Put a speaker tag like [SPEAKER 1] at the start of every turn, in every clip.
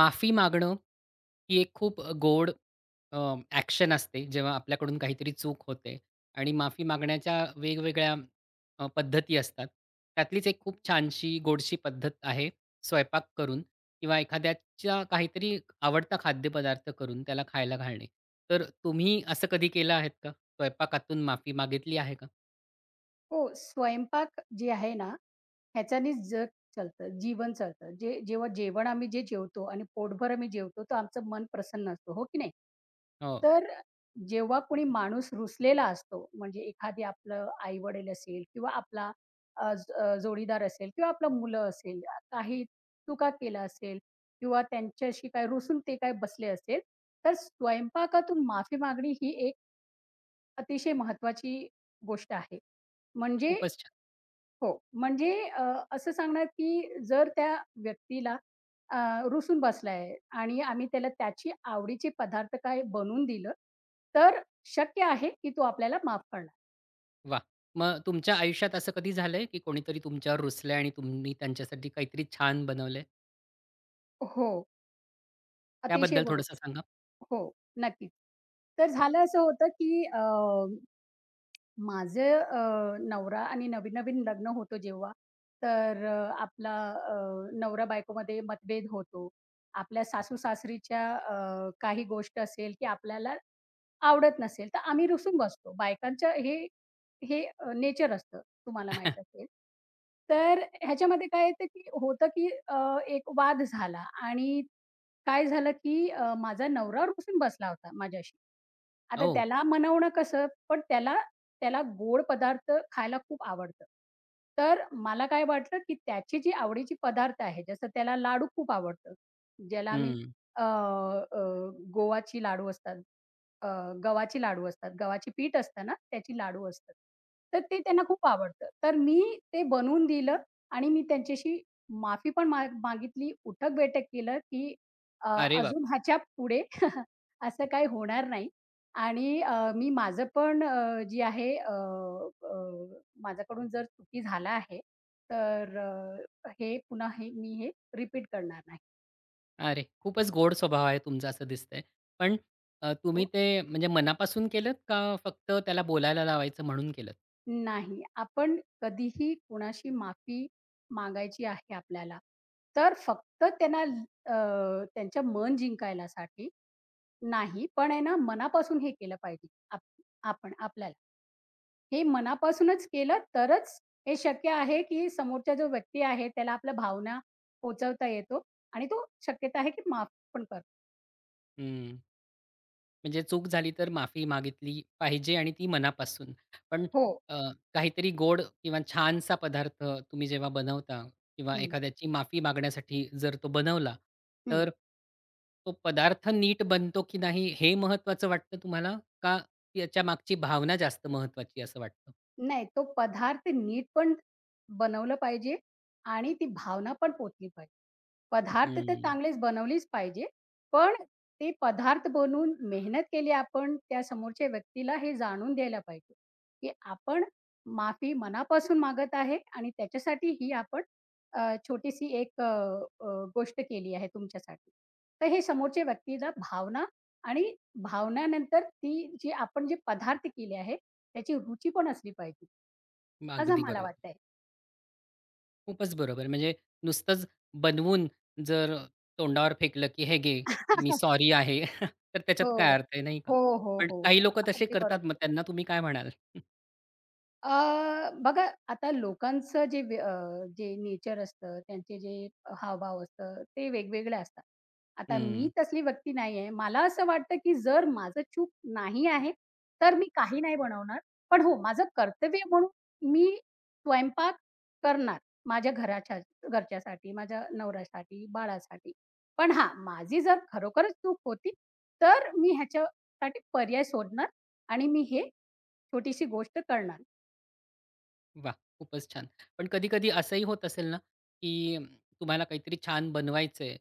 [SPEAKER 1] माफी मागणं ही एक खूप गोड ॲक्शन असते जेव्हा आपल्याकडून काहीतरी चूक होते आणि माफी मागण्याच्या वेगवेगळ्या पद्धती असतात. त्यातलीच एक खूप छानशी गोडशी पद्धत आहे स्वयंपाक करून किंवा एखाद्याच्या काहीतरी आवडता खाद्यपदार्थ करून त्याला खायला घालणे. तर तुम्ही असं कधी केलं आहेत का? स्वयंपाकातून माफी मागितली आहे का?
[SPEAKER 2] हो, स्वयंपाक जे आहे ना, ह्याच्यानेच जग चालतं, जीवन चालतं. जे जेव्हा जेवण आम्ही जे जेवतो आणि पोटभर आम्ही जेवतो, तर आमचं मन प्रसन्न असतं, हो की नाही?
[SPEAKER 1] हो,
[SPEAKER 2] तर जेव्हा कोणी माणूस रुसलेला असतो, म्हणजे एखादी आपलं आई-वडील असेल किंवा आपला जोडीदार असेल किंवा आपलं मुलं असेल, काही चुका केल्या असेल किंवा त्यांच्याशी काय रुसून ते काय बसले असेल, तर स्वयंपाकातून माफी मागणी ही एक अतिशय महत्त्वाची गोष्ट आहे. म्हणजे
[SPEAKER 1] खूपच छान.
[SPEAKER 2] हो. असं सांगणार की जर त्या व्यक्तीला अ, रुसून बसलाय आणि आम्ही त्याला त्याची आवडीचे पदार्थ काही बनवून दिलं, तर शक्य आहे की तो आपल्याला माफ करणार.
[SPEAKER 1] वाह! मग तुमच्या आयुष्यात असं कधी झालंय की कोणीतरी तुमच्यावर रुसलंय आणि तुम्ही त्यांच्यासाठी काहीतरी छान बनवलंय?
[SPEAKER 2] हो. अतिशय
[SPEAKER 1] त्याबद्दल थोडंसं
[SPEAKER 2] बरोबर.
[SPEAKER 1] सांगा?
[SPEAKER 2] हो, नक्कीच. तर झालं असं होतं की माझे नवरा आणि नवीन-नवीन लग्न होतो जेव्हा, तर आपला नवरा-बायकोमध्ये मतभेद होतो. आपल्या सासू-सासरीच्या काही गोष्ट असेल, की आपल्याला आवडत नसेल, तर आम्ही रुसून बसतो. बायकांचं हे हे नेचर असतं, तुम्हाला माहीत असेल. तर ह्याच्यामध्ये काय येतं, की होतं, की एक वाद झाला आणि काय झालं, की माझा नवरा रुसून बसला होता माझ्याशी. आता
[SPEAKER 1] हो.
[SPEAKER 2] त्याला मनवणं कसं? पण त्याला त्याला गोड पदार्थ खायला खूप आवडतं. तर मला काय वाटलं, की त्याची जी आवडीची पदार्थ आहे, जसं त्याला लाडू खूप आवडतं. ज्याला आम्ही
[SPEAKER 1] हं.
[SPEAKER 2] अ, अ, गोवाची लाडू असतात, अ, गव्हाची लाडू असतात, गव्हाची पीठ असतं ना, त्याची लाडू असतात. तर ते त्यांना खूप आवडतं. तर मी ते बनवून दिलं आणि मी त्यांच्याशी माफी पण मागितली, उठक-बैठक केलं, की अ,
[SPEAKER 1] अरे
[SPEAKER 2] अजून
[SPEAKER 1] बापरे!
[SPEAKER 2] ह्याच्या पुढे असं काही होणार नाही. आणि मी माझं पण अ, जे आहे अ, अ, माझ्याकडून जर चुकी झाला आहे, तर हे पुन्हा मी हे रिपीट करणार नाही.
[SPEAKER 1] अरे, खूपच गोड स्वभाव आहे तुमचा असं दिसतंय. पण तुम्ही
[SPEAKER 2] हो,
[SPEAKER 1] ते म्हणजे मनापासून केलत का फक्त त्याला बोलायला लावायचं म्हणून केलत?
[SPEAKER 2] नाही. आपण कधीही कुणाशी माफी मागायची आहे आपल्याला. तर फक्त त्यांना त्यांचं मन जिंकायलासाठी नाही, पण आहे ना मनापासून हे केलं पाहिजे आपण आपल्याला. हे मनापासूनच केलं तरच हे शक्य आहे, की समोरचा जो व्यक्ती आहे त्याला आपल्या भावना पोहोचवता येतो आणि तो शक्यता आहे, की माफ पण करतो.
[SPEAKER 1] हं. म्हणजे चूक झाली तर माफी मागितली पाहिजे आणि ती मनापासून. पण
[SPEAKER 2] हो.
[SPEAKER 1] अ, काहीतरी गोड किंवा छानसा पदार्थ तुम्ही जेव्हा बनवता किंवा
[SPEAKER 2] हं,
[SPEAKER 1] एखाद्याची माफी मागण्यासाठी जर तो बनवला,
[SPEAKER 2] हं.
[SPEAKER 1] तर तो पदार्थ नीट बनतो की नाही हे महत्त्वाचं वाटतं तुम्हाला? का त्याच्या मागची भावना जास्त महत्त्वाची असं वाटतं?
[SPEAKER 2] नाही, तो पदार्थ नीट पण बनवलं पाहिजे आणि ती भावना पण पोहोचली पाहिजे. पदार्थ तर
[SPEAKER 1] हं.
[SPEAKER 2] चांगलेच बनवलेच पाहिजे, पण ते पदार्थ बनवून मेहनत केली आपण त्या समोरच्या व्यक्तीला हे जाणून द्यायला पाहिजे, की आपण माफी मनापासून मागत आहे आणि त्याच्यासाठी ही आपण छोटीशी एक अ, अ, गोष्ट केली आहे तुमच्यासाठी. तर हे समोरच्या व्यक्तीला भावना आणि भावनानंतर ती जी आपण जे पदार्थ केले आहे, त्याची रुची पण असली पाहिजे, असं
[SPEAKER 1] अगदी
[SPEAKER 2] मला
[SPEAKER 1] बरोबर.
[SPEAKER 2] वाटतंय.
[SPEAKER 1] खूपच बरोबर. म्हणजे नुसतंच बनवून जर तोंडावर फेकलं, की "हे घे, मी सॉरी आहे." तर
[SPEAKER 2] हो.
[SPEAKER 1] त्याच्यात काय अर्थ आहे, नाही का?
[SPEAKER 2] हो, हो,
[SPEAKER 1] पण
[SPEAKER 2] हो.
[SPEAKER 1] काही लोकं तसे
[SPEAKER 2] अगदी
[SPEAKER 1] करतात, मग
[SPEAKER 2] बरोबर.
[SPEAKER 1] त्यांना तुम्ही काय म्हणाल?
[SPEAKER 2] बघा आता लोकांचं जे जे नेचर असतं, त्यांचे जे हावभाव असतं, ते वेगवेगळे असतात. आता मी
[SPEAKER 1] हं.
[SPEAKER 2] तसली व्यक्ती नाही आहे. मला असं वाटतं, की जर माझं चूक नाही आहे, तर मी काही नाही बनवणार. पण हो, माझं कर्तव्य म्हणून मी स्वयंपाक करणार. माझ्या घराच्या घरच्यासाठी, माझ्या नवऱ्यासाठी, बाळासाठी. पण हां, माझी जर खरोखरच चूक होती, तर मी ह्याच्यासाठी पर्याय शोधणार आणि मी हे छोटीशी गोष्ट करणार.
[SPEAKER 1] वाह! खूपच छान. पण कधी-कधी असंही होत असेल ना, की तुम्हाला काहीतरी छान बनवायचंय.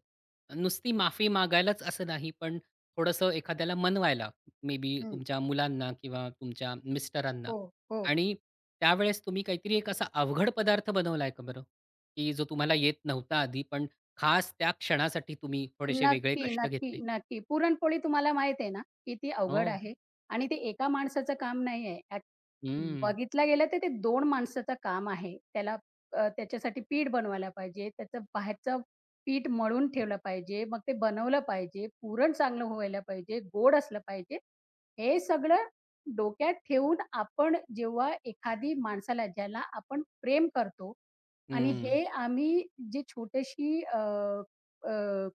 [SPEAKER 1] नुसती माफी मागायलाच असं नाही, पण थोडंसं एखाद्याला मनवायला मे बी तुमच्या मुलांना किंवा तुमच्या मिस्टरांना
[SPEAKER 2] हो, हो.
[SPEAKER 1] आणि त्यावेळेस तुम्ही काहीतरी एक असा अवघड पदार्थ बनवलाय का बरं? की जो तुम्हाला येत नव्हता आधी, पण खास त्या क्षणासाठी तुम्ही थोडेसे वेगळे
[SPEAKER 2] नक्की,
[SPEAKER 1] कष्ट
[SPEAKER 2] नक्की,
[SPEAKER 1] घेतले?
[SPEAKER 2] नक्की. पुरणपोळी तुम्हाला माहीत आहे ना, किती अवघड
[SPEAKER 1] हो.
[SPEAKER 2] आहे आणि ते एका माणसाचं काम नाही आहे.
[SPEAKER 1] हं.
[SPEAKER 2] बघितलं गेलं तर ते 2 माणसाचं काम आहे. त्याच्यासाठी पीठ बनवायला पाहिजे, त्याचं बाहेरचं पीठ मळून ठेवलं पाहिजे, मग ते बनवलं पाहिजे, पुरण चांगलं व्हायला पाहिजे, गोड असलं पाहिजे. हे सगळं डोक्यात ठेवून आपण जेव्हा एखादी माणसाला ज्याला आपण प्रेम करतो आणि
[SPEAKER 1] हं.
[SPEAKER 2] हे आम्ही जी छोटीशी अ, अ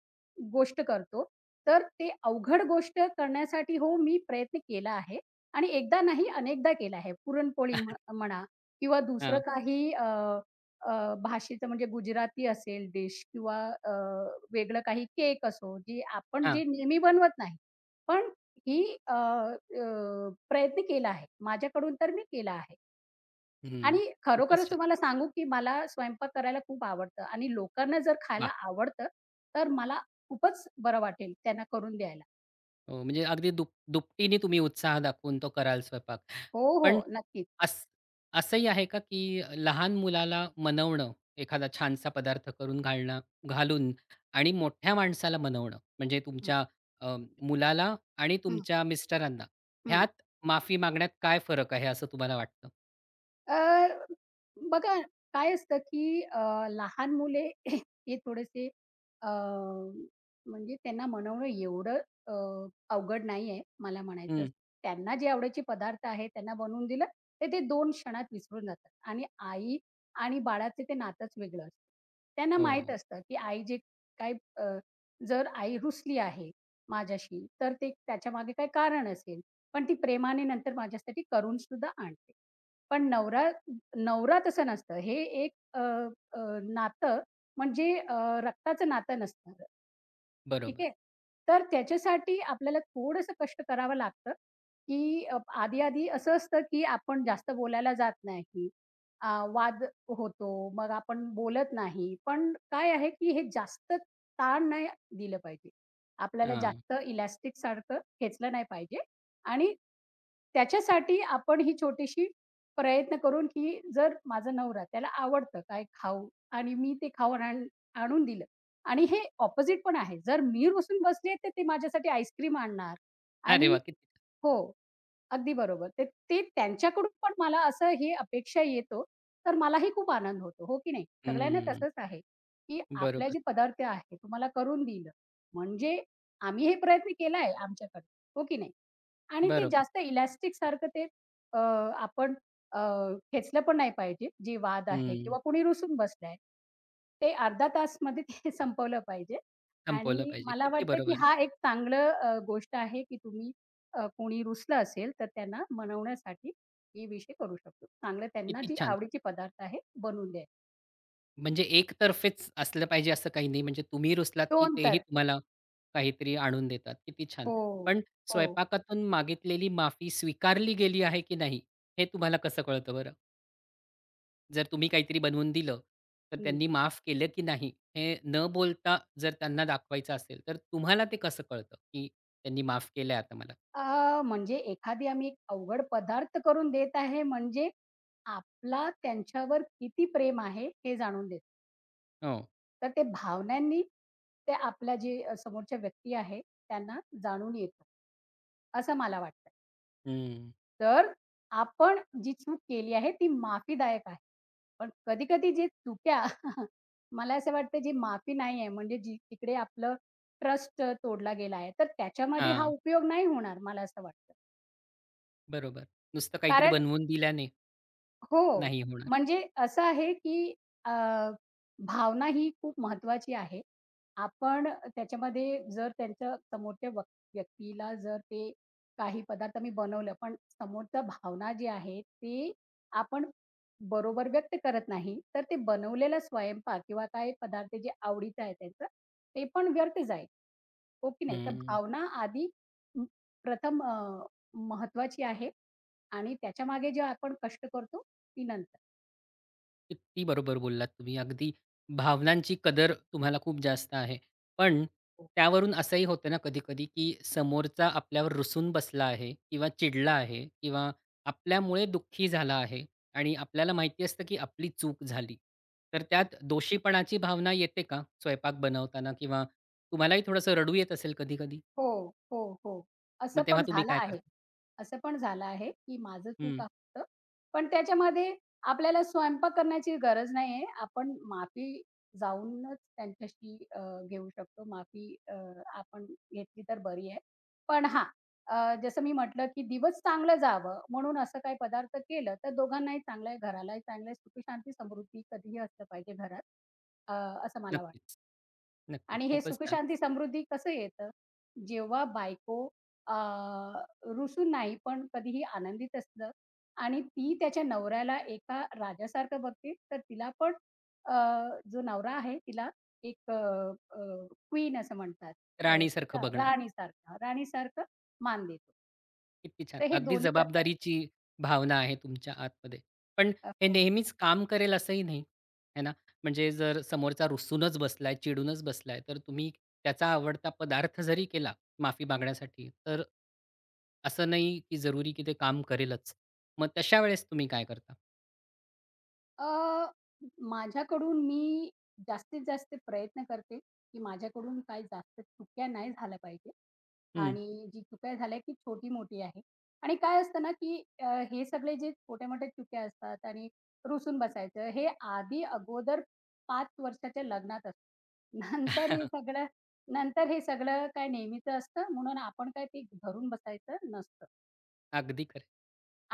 [SPEAKER 2] गोष्ट करतो. तर ते अवघड गोष्ट करण्यासाठी हो, मी प्रयत्न केला आहे आणि एकदा नाही अनेकदा केला आहे. पुरणपोळी म्हणा किंवा दुसरं
[SPEAKER 1] हां.
[SPEAKER 2] काही अ, अ, भाषेचं म्हणजे गुजराती असेल डिश किंवा अ, वेगळं काही केक असो, जे आपण
[SPEAKER 1] हां.
[SPEAKER 2] जे नेहमी बनवत नाही. पण ही अ, अ, प्रयत्न केला आहे. माझ्याकडून तर मी केला आहे.
[SPEAKER 1] हं.
[SPEAKER 2] आणि
[SPEAKER 1] खूपच
[SPEAKER 2] खरोखरच
[SPEAKER 1] छान.
[SPEAKER 2] तुम्हाला सांगू, की मला स्वयंपाक करायला खूप आवडतं आणि लोकांना जर खायला
[SPEAKER 1] वाह!
[SPEAKER 2] आवडतं, तर मला खूपच बरं वाटेल त्यांना करून द्यायला.
[SPEAKER 1] हो, म्हणजे अगदी दुपटीने तुम्ही उत्साह दाखवून तो कराल स्वयंपाक.
[SPEAKER 2] हो, हो.
[SPEAKER 1] पण
[SPEAKER 2] नक्कीच.
[SPEAKER 1] असं असंही आहे का, की लहान मुलाला मनवणं, एखादा छानसा पदार्थ करून घालणं घालून आणि मोठ्या माणसाला मनवणं, म्हणजे
[SPEAKER 2] हं,
[SPEAKER 1] तुमच्या अ, मुलाला आणि
[SPEAKER 2] हं,
[SPEAKER 1] तुमच्या मिस्टरांना,
[SPEAKER 2] हं.
[SPEAKER 1] ह्यात माफी मागण्यात काय फरक आहे असं तुम्हाला वाटतं?
[SPEAKER 2] अ, बघा काय असतं, की लहान मुले हे थोडेसे अ, म्हणजे त्यांना मनवणं एवढं अ, अवघड नाहीये मला म्हणायचं
[SPEAKER 1] हं,
[SPEAKER 2] असं. त्यांना जे आवडीचे पदार्थ आहेत त्यांना बनवून दिलं, तर ते 2 क्षणात विसरून जातात आणि आई आणि बाळाचं ते नातंच वेगळं असतं. त्यांना माहीत
[SPEAKER 1] हो,
[SPEAKER 2] असतं, की आई जे काय अ, जर आई रुसली आहे माझ्याशी, तर ते त्याच्यामागे काही कारण असेल, पण ती प्रेमाने नंतर माझ्यासाठी करून सुद्धा आणते. पण नवरा नवरा तसं नसतं. हे एक अ, अ, नातं म्हणजे रक्ताचं नातं नसणार. ठीक
[SPEAKER 1] बरोबर.
[SPEAKER 2] आहे. तर त्याच्यासाठी आपल्याला थोडंसं कष्ट करावं लागतं, की आधी-आधी असं असतं, की आपण जास्त बोलायला जात नाही. अ, वाद होतो, मग आपण बोलत नाही. पण काय आहे, की हे जास्त ताण नाही दिलं पाहिजे. आपल्याला
[SPEAKER 1] हां.
[SPEAKER 2] जास्त इलॅस्टिकसारखं खेचलं नाही पाहिजे आणि त्याच्यासाठी आपण ही छोटीशी प्रयत्न करून, की जर माझा नवरा त्याला आवडतं काय खाऊ आणि मी ते खाऊन आण आणून दिलं आणि हे ऑपोझिट पण आहे. जर मी रुसून बसले, तर ते माझ्यासाठी आईस्क्रीम आणणार
[SPEAKER 1] अरे
[SPEAKER 2] आणि
[SPEAKER 1] वाह! किती
[SPEAKER 2] हो. अगदी बरोबर. ते ते त्यांच्याकडून पण मला असं ही अपेक्षा येतो, तर मलाही खूप आनंद होतो, हो की नाही? सगळ्यांना
[SPEAKER 1] हं,
[SPEAKER 2] तसंच आहे, की आपल्या
[SPEAKER 1] बरोबर,
[SPEAKER 2] जे पदार्थ आहे तुम्हाला करून दिलं, म्हणजे आम्ही हे प्रयत्न केला आहे आमच्याकडून, हो की नाही? आणि ते
[SPEAKER 1] बरोबर.
[SPEAKER 2] जास्त इलॅस्टिकसारखं आपण अ, खेचलं पण नाही पाहिजे, जे वाद आहे
[SPEAKER 1] हं,
[SPEAKER 2] किंवा कोणी रुसून बसलं ते अर्धा तासमध्ये ते संपवलं पाहिजे
[SPEAKER 1] संपवलं
[SPEAKER 2] आणि
[SPEAKER 1] पाहिजे.
[SPEAKER 2] मला
[SPEAKER 1] किती
[SPEAKER 2] वाटतं,
[SPEAKER 1] बरोबर
[SPEAKER 2] की
[SPEAKER 1] आहे.
[SPEAKER 2] हा एक चांगलं गोष्ट आहे, की तुम्ही कोणी रुसलं असेल तर त्यांना मनवण्यासाठी ही विषय करू शकतो. चांगलं त्यांना
[SPEAKER 1] किती
[SPEAKER 2] जी
[SPEAKER 1] छान.
[SPEAKER 2] आवडीचे पदार्थ आहे बनवून द्यायचे.
[SPEAKER 1] म्हणजे एकतर्फेच असलं पाहिजे असं काही नाही. म्हणजे तुम्ही रुसलात, की
[SPEAKER 2] 2
[SPEAKER 1] तेही
[SPEAKER 2] तर्फे.
[SPEAKER 1] तुम्हाला काहीतरी आणून देतात. किती छान.
[SPEAKER 2] हो,
[SPEAKER 1] पण
[SPEAKER 2] हो.
[SPEAKER 1] स्वयंपाकातून मागितलेली माफी स्वीकारली गेली आहे की नाही, हे तुम्हाला कसं कळतं बरं? जर तुम्ही काहीतरी बनवून दिलं, तर
[SPEAKER 2] हं.
[SPEAKER 1] त्यांनी माफ केलं की नाही, हे न बोलता जर त्यांना दाखवायचं असेल, तर तुम्हाला ते कसं कळतं, की त्यांनी माफ केलंय आता मला?
[SPEAKER 2] म्हणजे एखादी आम्ही एक अवघड पदार्थ करून देत आहे म्हणजे आपला त्यांच्यावर किती प्रेम आहे हे जाणून देतो.
[SPEAKER 1] हो.
[SPEAKER 2] तर ते भावनांनी ते आपल्या जे समोरच्या व्यक्ती आहे त्यांना जाणून येतं, असं मला वाटतं.
[SPEAKER 1] हं.
[SPEAKER 2] तर आपण जी चूक केली आहे ती माफीदायक आहे. पण कधी-कधी जे चुक्या मला असं वाटतं जी माफी नाही आहे म्हणजे जी तिकडे आपलं ट्रस्ट तोडला गेला आहे, तर त्याच्यामध्ये हा
[SPEAKER 1] हां.
[SPEAKER 2] उपयोग नाही होणार मला असं वाटतं.
[SPEAKER 1] बरोबर. नुसतं काहीतरी
[SPEAKER 2] कारण
[SPEAKER 1] बनवून दिल्याने
[SPEAKER 2] हो.
[SPEAKER 1] नाही होणार.
[SPEAKER 2] म्हणजे असं आहे, की अ, भावना ही खूप महत्त्वाची आहे. आपण त्याच्यामध्ये जर त्यांच्या समोरच्या व्यक्तीला जर ते काही पदार्थ मी बनवलं, पण समोरचा भावना जी आहे, ते आपण बरोबर व्यक्त करत नाही, तर ते बनवलेला स्वयंपाक किंवा काही पदार्थ जे आवडीचं आहे त्यांचं, ते पण व्यर्थ जाईल. हो की नाही? तर
[SPEAKER 1] हं.
[SPEAKER 2] भावना आधी म प्रथम महत्त्वाची आहे आणि त्याच्या मागे जे आपण कष्ट करतो, ती नंतर.
[SPEAKER 1] किती बरोबर बोललात तुम्ही. अगदी भावनांची कदर तुम्हाला खूप जास्त आहे. पण त्यावरून असंही होतं ना कधी-कधी, की समोरचा आपल्यावर रुसून बसला आहे किंवा चिडला आहे किंवा आपल्यामुळे दुःखी झाला आहे आणि आपल्याला माहिती असतं, की आपली चूक झाली. तर
[SPEAKER 2] हो.
[SPEAKER 1] त्यात दोषीपणाची भावना येते का स्वयंपाक बनवताना किंवा तुम्हालाही थोडंसं रडू येत असेल कधी-कधी?
[SPEAKER 2] हो, हो, हो. असं
[SPEAKER 1] मग तेव्हा
[SPEAKER 2] पण
[SPEAKER 1] तुम्ही
[SPEAKER 2] झालं
[SPEAKER 1] काय
[SPEAKER 2] आहे.
[SPEAKER 1] करता?
[SPEAKER 2] असं पण झालं आहे, की माझं चूक
[SPEAKER 1] हं.
[SPEAKER 2] असतं. पण त्याच्यामध्ये आपल्याला स्वयंपाक करण्याची गरज नाहीये. आपण माफी जाऊनच त्यांच्याशी घेऊ शकतो. माफी आपण घेतली तर बरी आहे. पण हां, जसं मी म्हटलं, की दिवस चांगलं जावं म्हणून असं काही पदार्थ केलं, तर दोघांनाही चांगलं आहे, घरालाही चांगलं आहे. सुखी, समृद्धी कधीही असलं पाहिजे घरात. अ, असं मला वाटतं.
[SPEAKER 1] नक्कीच, नक्कीच.
[SPEAKER 2] आणि हे
[SPEAKER 1] खूपच छान.
[SPEAKER 2] सुखशांती समृद्धी कसं येतं? जेव्हा बायको अ, रुसून नाही, पण कधीही आनंदित असतं आणि ती त्याच्या नवऱ्याला एका राजासारखं बघते, तर तिला पण अ, जो नवरा आहे तिला एक अ, अ, क्वीन असं म्हणतात. अ,
[SPEAKER 1] राणीसारखं बघणार.
[SPEAKER 2] राणीसारखं राणीसारखं मान देतो.
[SPEAKER 1] किती छान.
[SPEAKER 2] तर हे
[SPEAKER 1] अगदी
[SPEAKER 2] दोन्ही तर्फं असतं.
[SPEAKER 1] जबाबदारीची भावना आहे तुमच्या आतमध्ये. पण हे
[SPEAKER 2] हो.
[SPEAKER 1] नेहमीच काम करेल असंही नाही, है ना? म्हणजे जर समोरचा रुसूनच बसलाय, चिडूनच बसलाय, तर तुम्ही त्याचा आवडता पदार्थ जरी केला माफी मागण्यासाठी, तर असं नाही की जरुरी की ते काम करेलच. मग तशा वेळेस तुम्ही काय करता?
[SPEAKER 2] अ, माझ्याकडून मी जास्तीत जास्त प्रयत्न करते, की माझ्याकडून काही जास्त चुक्या नाही झाल्या पाहिजे
[SPEAKER 1] हं.
[SPEAKER 2] आणि जी चुका झाल्या की छोटी-मोठी आहे आणि काय असतं ना, की हे सगळे जे छोटे-मोठे चुक्या असतात आणि रुसून बसायचं, हे आधी अगोदर 5 वर्षाच्या लग्नात असतं. नंतर हे सगळं नंतर हे सगळं काय नेहमीचं असतं म्हणून आपण काय ते धरून बसायचं नसतं
[SPEAKER 1] अगदी खरं.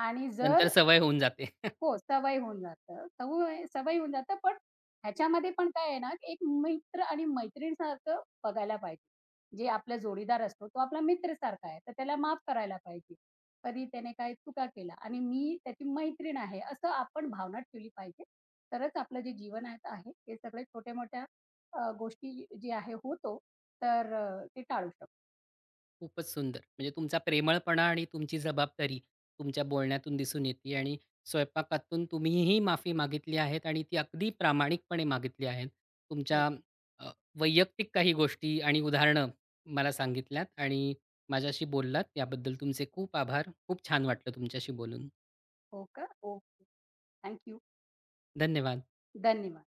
[SPEAKER 2] आणि
[SPEAKER 1] नंतर
[SPEAKER 2] जर
[SPEAKER 1] सवय होऊन जाते.
[SPEAKER 2] हो, सवय होऊन जातं. सवय सवय होऊन जातं, पण ह्याच्यामध्ये पण काय आहे ना, की एक मित्र आणि मैत्रीणसारखं बघायला पाहिजे. जे आपला जोडीदार असतो, तो आपला मित्रसारखा आहे, तर त्याला माफ करायला पाहिजे. कधी त्याने काही चुका केल्या आणि मी त्याची मैत्रीण आहे, असं आपण भावना ठेवली पाहिजे. तरच आपलं जे जीवन आहे आहे, ते सगळे छोट्या-मोठ्या गोष्टी जे आहे होतो, तर ते टाळू शकतो.
[SPEAKER 1] खूपच सुंदर. म्हणजे तुमचा प्रेमळपणा आणि तुमची जबाबदारी तुमच्या बोलण्यातून दिसून येते आणि स्वयंपाकातून तुम्हीही माफी मागितली आहेत आणि ती अगदी प्रामाणिकपणे मागितली आहेत.
[SPEAKER 2] हो,
[SPEAKER 1] तुमच्या अ, वैयक्तिक काही गोष्टी आणि उदाहरणं मला सांगितल्यात आणि माझ्याशी बोललात, याबद्दल तुमचे खूप आभार. खूप छान वाटलं तुमच्याशी बोलून.
[SPEAKER 2] हो का? हो. थँक
[SPEAKER 1] धन्यवाद.
[SPEAKER 2] धन्यवाद.